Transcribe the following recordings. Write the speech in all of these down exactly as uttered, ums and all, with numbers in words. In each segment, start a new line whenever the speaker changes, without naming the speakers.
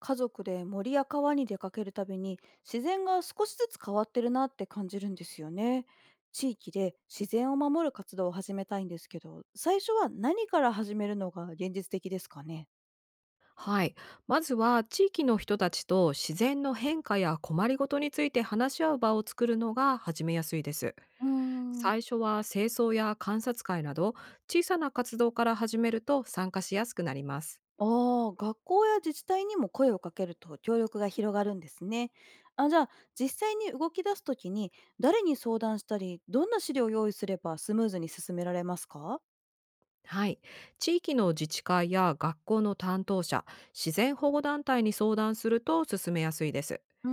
家族で森や川に出かけるたびに自然が少しずつ変わってるなって感じるんですよね。地域で自然を守る活動を始めたいんですけど、最初は何から始めるのが現実的ですかね。
はい。まずは地域の人たちと自然の変化や困りごとについて話し合う場を作るのが始めやすいです。
うーん、
最初は清掃や観察会など小さな活動から始めると参加しやすくなります。
ああ、学校や自治体にも声をかけると協力が広がるんですね。あ、じゃあ実際に動き出すときに誰に相談したり、どんな資料を用意すればスムーズに進められますか。
はい。地域の自治会や学校の担当者、自然保護団体に相談すると進めやすいです。
うー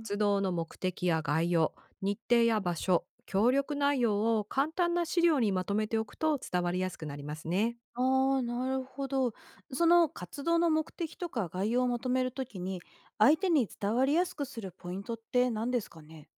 ん。
動の目的や概要、日程や場所、協力内容を簡単な資料にまとめておくと伝わりやすくなりますね。
ああ、なるほど。その活動の目的とか概要をまとめるときに、相手に伝わりやすくするポイントって何ですかね？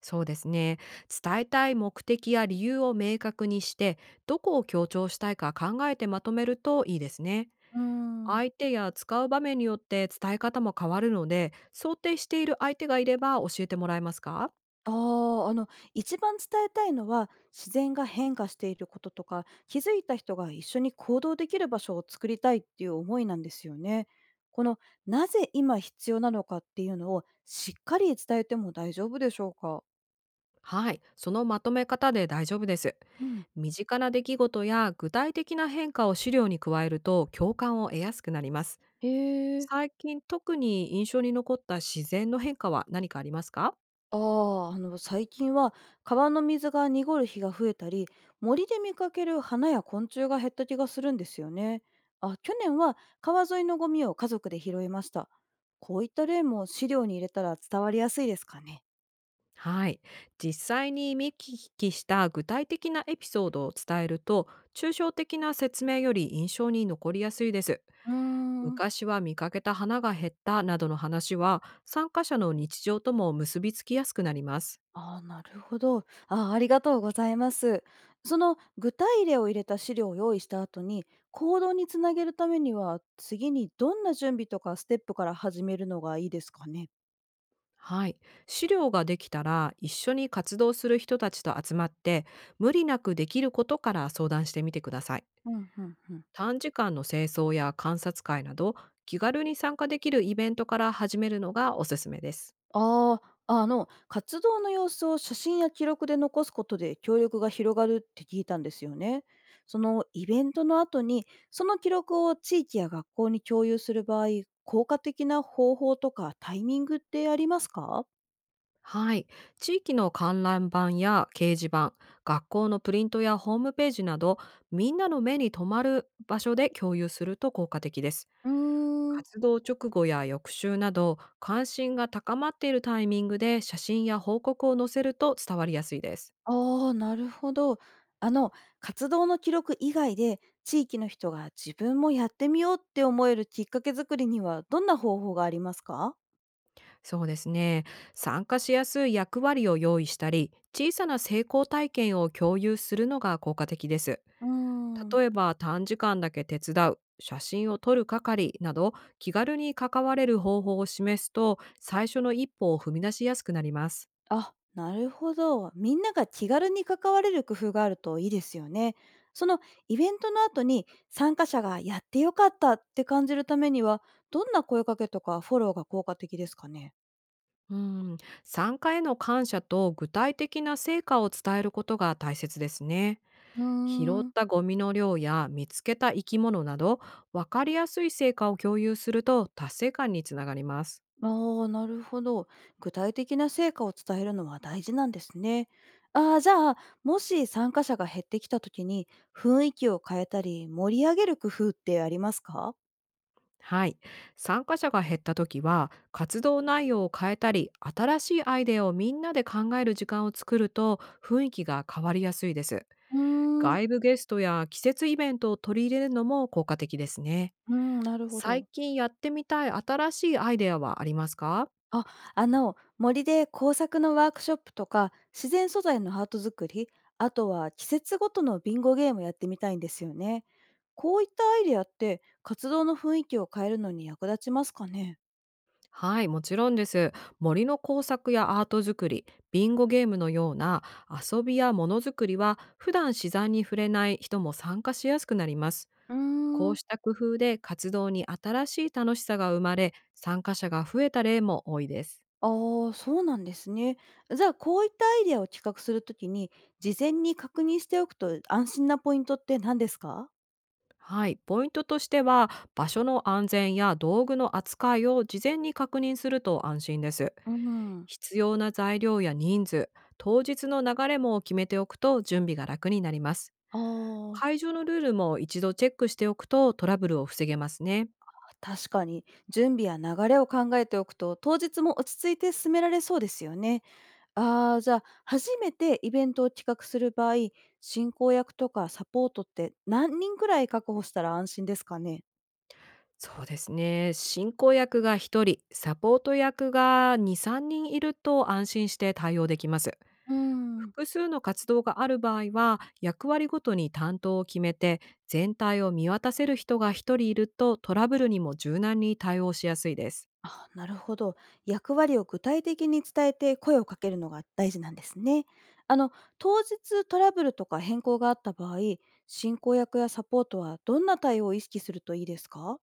そうですね。伝えたい目的や理由を明確にして、どこを強調したいか考えてまとめるといいですね。
うーん。
相手や使う場面によって伝え方も変わるので、想定している相手がいれば教えてもらえますか？
ああ、あの、一番伝えたいのは、自然が変化していることとか、気づいた人が一緒に行動できる場所を作りたいっていう思いなんですよね。この、なぜ今必要なのかっていうのをしっかり伝えても大丈夫でしょうか？
はい、そのまとめ方で大丈夫です。
うん。
身近な出来事や具体的な変化を資料に加えると共感を得やすくなります。
へえ。
最近特に印象に残った自然の変化は何かありますか？
ああ、あの最近は川の水が濁る日が増えたり、森で見かける花や昆虫が減った気がするんですよね。あ、去年は川沿いのゴミを家族で拾いました。こういった例も資料に入れたら伝わりやすいですかね。
はい。実際に見聞きした具体的なエピソードを伝えると、抽象的な説明より印象に残りやすいです。
うーん。
昔は見かけた花が減ったなどの話は、参加者の日常とも結びつきやすくなります。
ああ、なるほど。ああ、ありがとうございます。その具体例を入れた資料を用意した後に、行動につなげるためには、次にどんな準備とかステップから始めるのがいいですかね。
はい。資料ができたら、一緒に活動する人たちと集まって、無理なくできることから相談してみてください。
うんうんうん。
短時間の清掃や観察会など、気軽に参加できるイベントから始めるのがおすすめです。
ああ、あの、活動の様子を写真や記録で残すことで協力が広がるって聞いたんですよね。そのイベントの後に、その記録を地域や学校に共有する場合、効果的な方法とかタイミングってありますか？
はい。地域の観覧板や掲示板、学校のプリントやホームページなど、みんなの目に留まる場所で共有すると効果的です。
うーん。
活動直後や翌週など、関心が高まっているタイミングで写真や報告を載せると伝わりやすいです。
ああ、なるほど。あの、活動の記録以外で、地域の人が自分もやってみようって思えるきっかけ作りには、どんな方法がありますか？
そうですね。参加しやすい役割を用意したり、小さな成功体験を共有するのが効果的です。
うーん。
例えば短時間だけ手伝う、写真を撮る係など、気軽に関われる方法を示すと最初の一歩を踏み出しやすくなります。
あ、なるほど。みんなが気軽に関われる工夫があるといいですよね。そのイベントの後に参加者がやってよかったって感じるためには、どんな声かけとかフォローが効果的ですかね。
うん、参加への感謝と具体的な成果を伝えることが大切ですね。
うー
拾っ
ん。
たゴミの量や見つけた生き物など、分かりやすい成果を共有すると達成感につながります。
ああ、なるほど。具体的な成果を伝えるのは大事なんですね。ああ、じゃあ、もし参加者が減ってきた時に雰囲気を変えたり盛り上げる工夫ってありますか？
はい。参加者が減った時は、活動内容を変えたり、新しいアイデアをみんなで考える時間を作ると、雰囲気が変わりやすいです。
うーん
外部ゲストや季節イベントを取り入れるのも効果的ですね。
うん、なるほ
最
ど。
近やってみたい新しいアイデアはありますか？
あ、あの、森で工作のワークショップとか、自然素材のハート作り、あとは季節ごとのビンゴゲームやってみたいんですよね。こういったアイデアって活動の雰囲気を変えるのに役立ちますかね？
はい、もちろんです。森の工作やアート作り、ビンゴゲームのような遊びやものづくりは、普段自然に触れない人も参加しやすくなります。
うー
こう
ん、
した工夫で活動に新しい楽しさが生まれ、参加者が増えた例も多いです。
ああ、そうなんですね。じゃあ、こういったアイデアを企画するときに、事前に確認しておくと安心なポイントって何ですか？
はい、ポイントとしては、場所の安全や道具の扱いを事前に確認すると安心です。
うん、
必要な材料や人数、当日の流れも決めておくと準備が楽になります。
ああ、
会場のルールも一度チェックしておくとトラブルを防げますね。
確かに準備や流れを考えておくと当日も落ち着いて進められそうですよね。ああ、じゃあ、初めてイベントを企画する場合、進行役とかサポートって何人くらい確保したら安心ですかね？
そうですね。進行役がひとり、サポート役がに、さんにんいると安心して対応できます。
うーん。
複数の活動がある場合は、役割ごとに担当を決めて、全体を見渡せる人が一人いるとトラブルにも柔軟に対応しやすいです。
あ、なるほど。役割を具体的に伝えて声をかけるのが大事なんですね。あの、当日トラブルとか変更があった場合、進行役やサポートはどんな対応を意識するといいですか？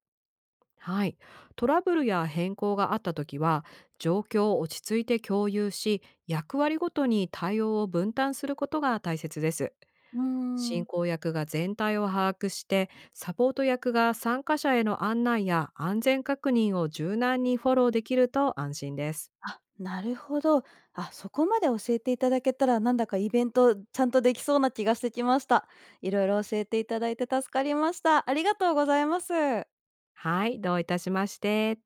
はい。トラブルや変更があったときは、状況を落ち着いて共有し、役割ごとに対応を分担することが大切です。
うー
進
ん。
行役が全体を把握して、サポート役が参加者への案内や安全確認を柔軟にフォローできると安心です。
あ、なるほど。あ、そこまで教えていただけたら、なんだかイベントちゃんとできそうな気がしてきました。いろいろ教えていただいて助かりました。ありがとうございます。
はい、どういたしまして。